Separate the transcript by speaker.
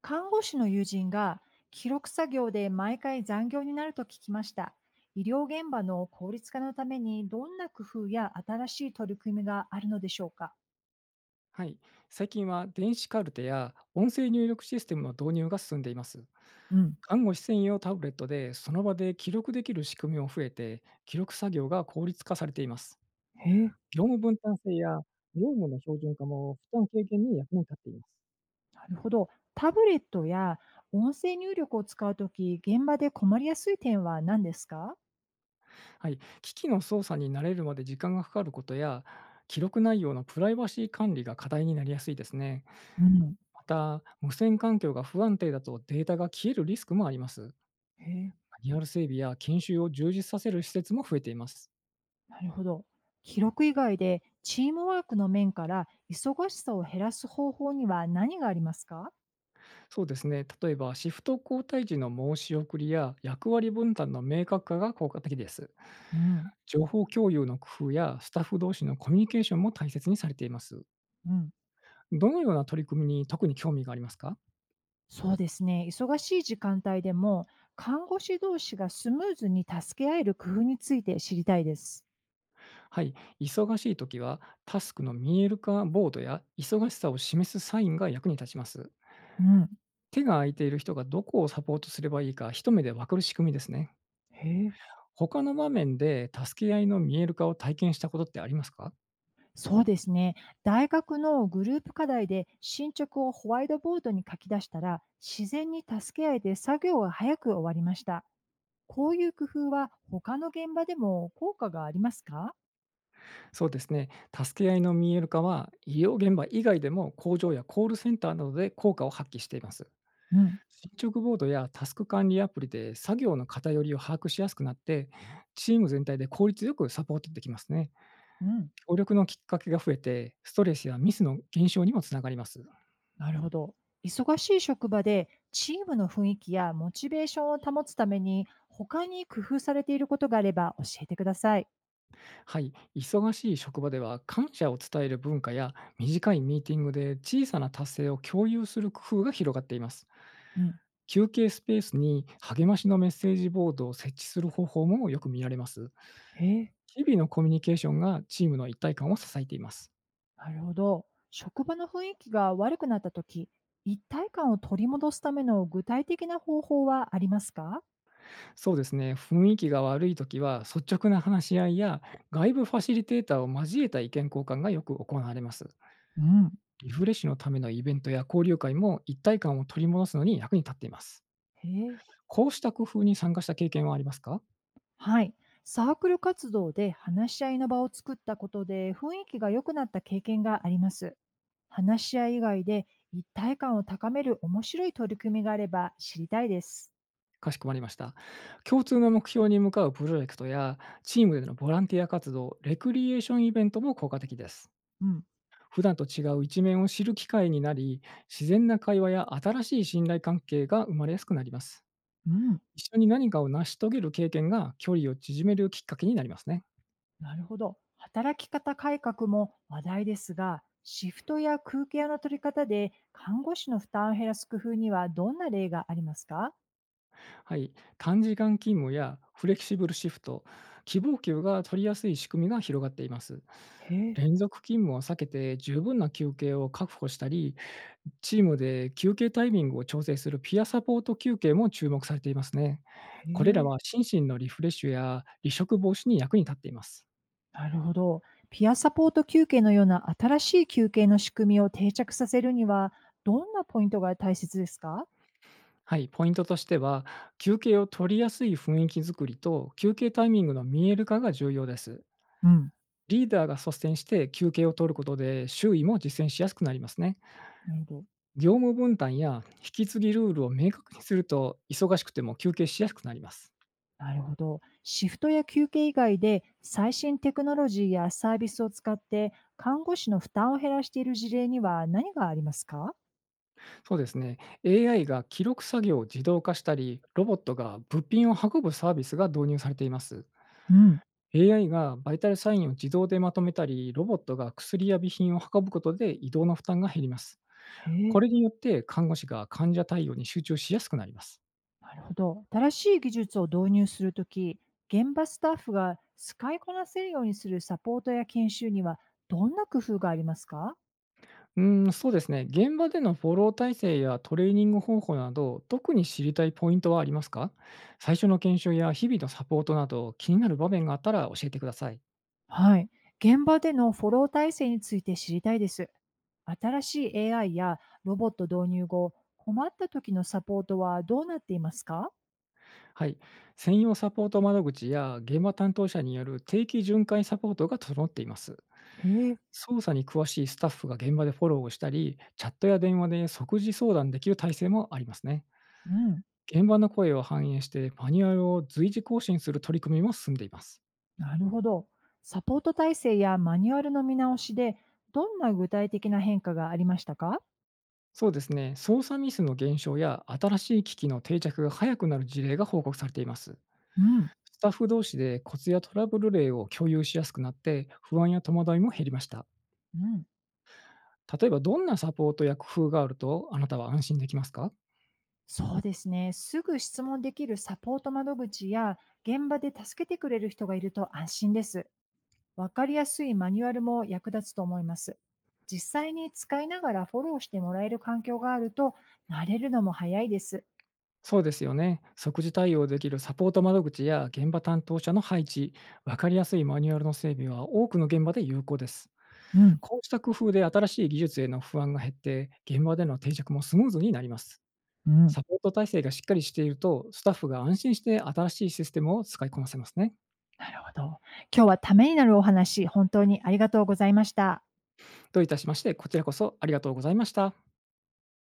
Speaker 1: 看護師の友人が記録作業で毎回残業になると聞きました。医療現場の効率化のためにどんな工夫や新しい取り組みがあるのでしょうか？
Speaker 2: はい、最近は電子カルテや音声入力システムの導入が進んでいます。
Speaker 1: うん。
Speaker 2: 看護師専用タブレットでその場で記録できる仕組みも増えて、記録作業が効率化されています。
Speaker 1: へえ。
Speaker 2: 業務分担性や業務の標準化も負担軽減に役に立っています。
Speaker 1: なるほど。タブレットや音声入力を使うとき、現場で困りやすい点は何ですか？
Speaker 2: はい、機器の操作に慣れるまで時間がかかることや、記録内容のプライバシー管理が課題になりやすいですね。
Speaker 1: うん。
Speaker 2: また、無線環境が不安定だとデータが消えるリスクもあります。
Speaker 1: へえ。
Speaker 2: マニュアル整備や研修を充実させる施設も増えています。
Speaker 1: なるほど。記録以外でチームワークの面から忙しさを減らす方法には何がありますか？
Speaker 2: そうですね、例えばシフト交代時の申し送りや役割分担の明確化が効果的です。
Speaker 1: うん。
Speaker 2: 情報共有の工夫やスタッフ同士のコミュニケーションも大切にされています。
Speaker 1: うん。
Speaker 2: どのような取り組みに特に興味がありますか？
Speaker 1: そうですね。忙しい時間帯でも、看護師同士がスムーズに助け合える工夫について知りたいです。
Speaker 2: はい、忙しい時はタスクの見える化ボードや忙しさを示すサインが役に立ちます。
Speaker 1: うん。
Speaker 2: 手が空いている人がどこをサポートすればいいか一目でわかる仕組みですね。
Speaker 1: へえ、
Speaker 2: 他の場面で助け合いの見える化を体験したことってありますか？
Speaker 1: そうですね。大学のグループ課題で進捗をホワイトボードに書き出したら、自然に助け合えて作業が早く終わりました。こういう工夫は他の現場でも効果がありますか？
Speaker 2: そうですね。助け合いの見える化は、医療現場以外でも工場やコールセンターなどで効果を発揮しています。
Speaker 1: うん。
Speaker 2: 進捗ボードやタスク管理アプリで作業の偏りを把握しやすくなって、チーム全体で効率よくサポートできますね。
Speaker 1: うん。
Speaker 2: 協力のきっかけが増えて、ストレスやミスの減少にもつながります。
Speaker 1: なるほど。忙しい職場でチームの雰囲気やモチベーションを保つために他に工夫されていることがあれば教えてください。
Speaker 2: はい、忙しい職場では感謝を伝える文化や短いミーティングで小さな達成を共有する工夫が広がっています。
Speaker 1: うん。
Speaker 2: 休憩スペースに励ましのメッセージボードを設置する方法もよく見られます。
Speaker 1: へえ。
Speaker 2: 日々のコミュニケーションがチームの一体感を支えています。
Speaker 1: なるほど。職場の雰囲気が悪くなった時、一体感を取り戻すための具体的な方法はありますか？
Speaker 2: そうですね、雰囲気が悪い時は率直な話し合いや外部ファシリテーターを交えた意見交換がよく行われます。
Speaker 1: うん。
Speaker 2: リフレッシュのためのイベントや交流会も一体感を取り戻すのに役に立っています。
Speaker 1: へえ。
Speaker 2: こうした工夫に参加した経験はありますか？
Speaker 1: はい。サークル活動で話し合いの場を作ったことで雰囲気が良くなった経験があります。話し合い以外で一体感を高める面白い取り組みがあれば知りたいです。
Speaker 2: かしこまりました。共通の目標に向かうプロジェクトや、チームでのボランティア活動、レクリエーションイベントも効果的です。
Speaker 1: うん、
Speaker 2: 普段と違う一面を知る機会になり、自然な会話や新しい信頼関係が生まれやすくなります。
Speaker 1: うん。
Speaker 2: 一緒に何かを成し遂げる経験が、距離を縮めるきっかけになりますね。
Speaker 1: なるほど。働き方改革も話題ですが、シフトや空ケアの取り方で看護師の負担を減らす工夫にはどんな例がありますか？
Speaker 2: はい、短時間勤務やフレキシブルシフト、希望給が取りやすい仕組みが広がっています。
Speaker 1: へえ、
Speaker 2: 連続勤務を避けて十分な休憩を確保したり、チームで休憩タイミングを調整するピアサポート休憩も注目されていますね。
Speaker 1: へ
Speaker 2: これら
Speaker 1: え。
Speaker 2: は心身のリフレッシュや離職防止に役に立っています。
Speaker 1: なるほど。ピアサポート休憩のような新しい休憩の仕組みを定着させるには、どんなポイントが大切ですか？
Speaker 2: はい、ポイントとしては、休憩を取りやすい雰囲気づくりと休憩タイミングの見える化が重要です。
Speaker 1: うん。
Speaker 2: リーダーが率先して休憩を取ることで、周囲も実践しやすくなりますね。
Speaker 1: なるほど。
Speaker 2: 業務分担や引き継ぎルールを明確にすると、忙しくても休憩しやすくなります。
Speaker 1: なるほど。シフトや休憩以外で最新テクノロジーやサービスを使って看護師の負担を減らしている事例には何がありますか？
Speaker 2: そうですね。AI が記録作業を自動化したり、ロボットが物品を運ぶサービスが導入されています。
Speaker 1: うん。
Speaker 2: AI がバイタルサインを自動でまとめたり、ロボットが薬や備品を運ぶことで移動の負担が減ります。
Speaker 1: へ
Speaker 2: こ
Speaker 1: え、
Speaker 2: れによって看護師が患者対応に集中しやすくなります。
Speaker 1: なるほど。新しい技術を導入するとき、現場スタッフが使いこなせるようにするサポートや研修にはどんな工夫がありますか？
Speaker 2: うーん、そうですね。現場でのフォロー体制やトレーニング方法など、特に知りたいポイントはありますか？最初の研修や日々のサポートなど、気になる場面があったら教えてください。
Speaker 1: はい。現場でのフォロー体制について知りたいです。新しい AI やロボット導入後、困った時のサポートはどうなっていますか？
Speaker 2: はい。専用サポート窓口や現場担当者による定期巡回サポートが整っています。
Speaker 1: へえ、
Speaker 2: 操作に詳しいスタッフが現場でフォローをしたり、チャットや電話で即時相談できる体制もありますね。
Speaker 1: うん、
Speaker 2: 現場の声を反映して、マニュアルを随時更新する取り組みも進んでいます。
Speaker 1: なるほど。サポート体制やマニュアルの見直しで、どんな具体的な変化がありましたか？
Speaker 2: そうですね、操作ミスの減少や新しい機器の定着が早くなる事例が報告されています。
Speaker 1: うん、
Speaker 2: スタッフ同士でコツやトラブル例を共有しやすくなって、不安や戸惑いも減りました。
Speaker 1: うん。
Speaker 2: 例えば、どんなサポートや工夫があると、あなたは安心できますか？
Speaker 1: そうですね。すぐ質問できるサポート窓口や、現場で助けてくれる人がいると安心です。わかりやすいマニュアルも役立つと思います。実際に使いながらフォローしてもらえる環境があると、慣れるのも早いです。
Speaker 2: そうですよね。即時対応できるサポート窓口や現場担当者の配置、分かりやすいマニュアルの整備は多くの現場で有効です。
Speaker 1: うん、
Speaker 2: こうした工夫で新しい技術への不安が減って、現場での定着もスムーズになります。
Speaker 1: うん。
Speaker 2: サポート体制がしっかりしていると、スタッフが安心して新しいシステムを使いこなせますね。
Speaker 1: なるほど。今日はためになるお話、本当にありがとうございました。
Speaker 2: どういたしまして、こちらこそありがとうございました。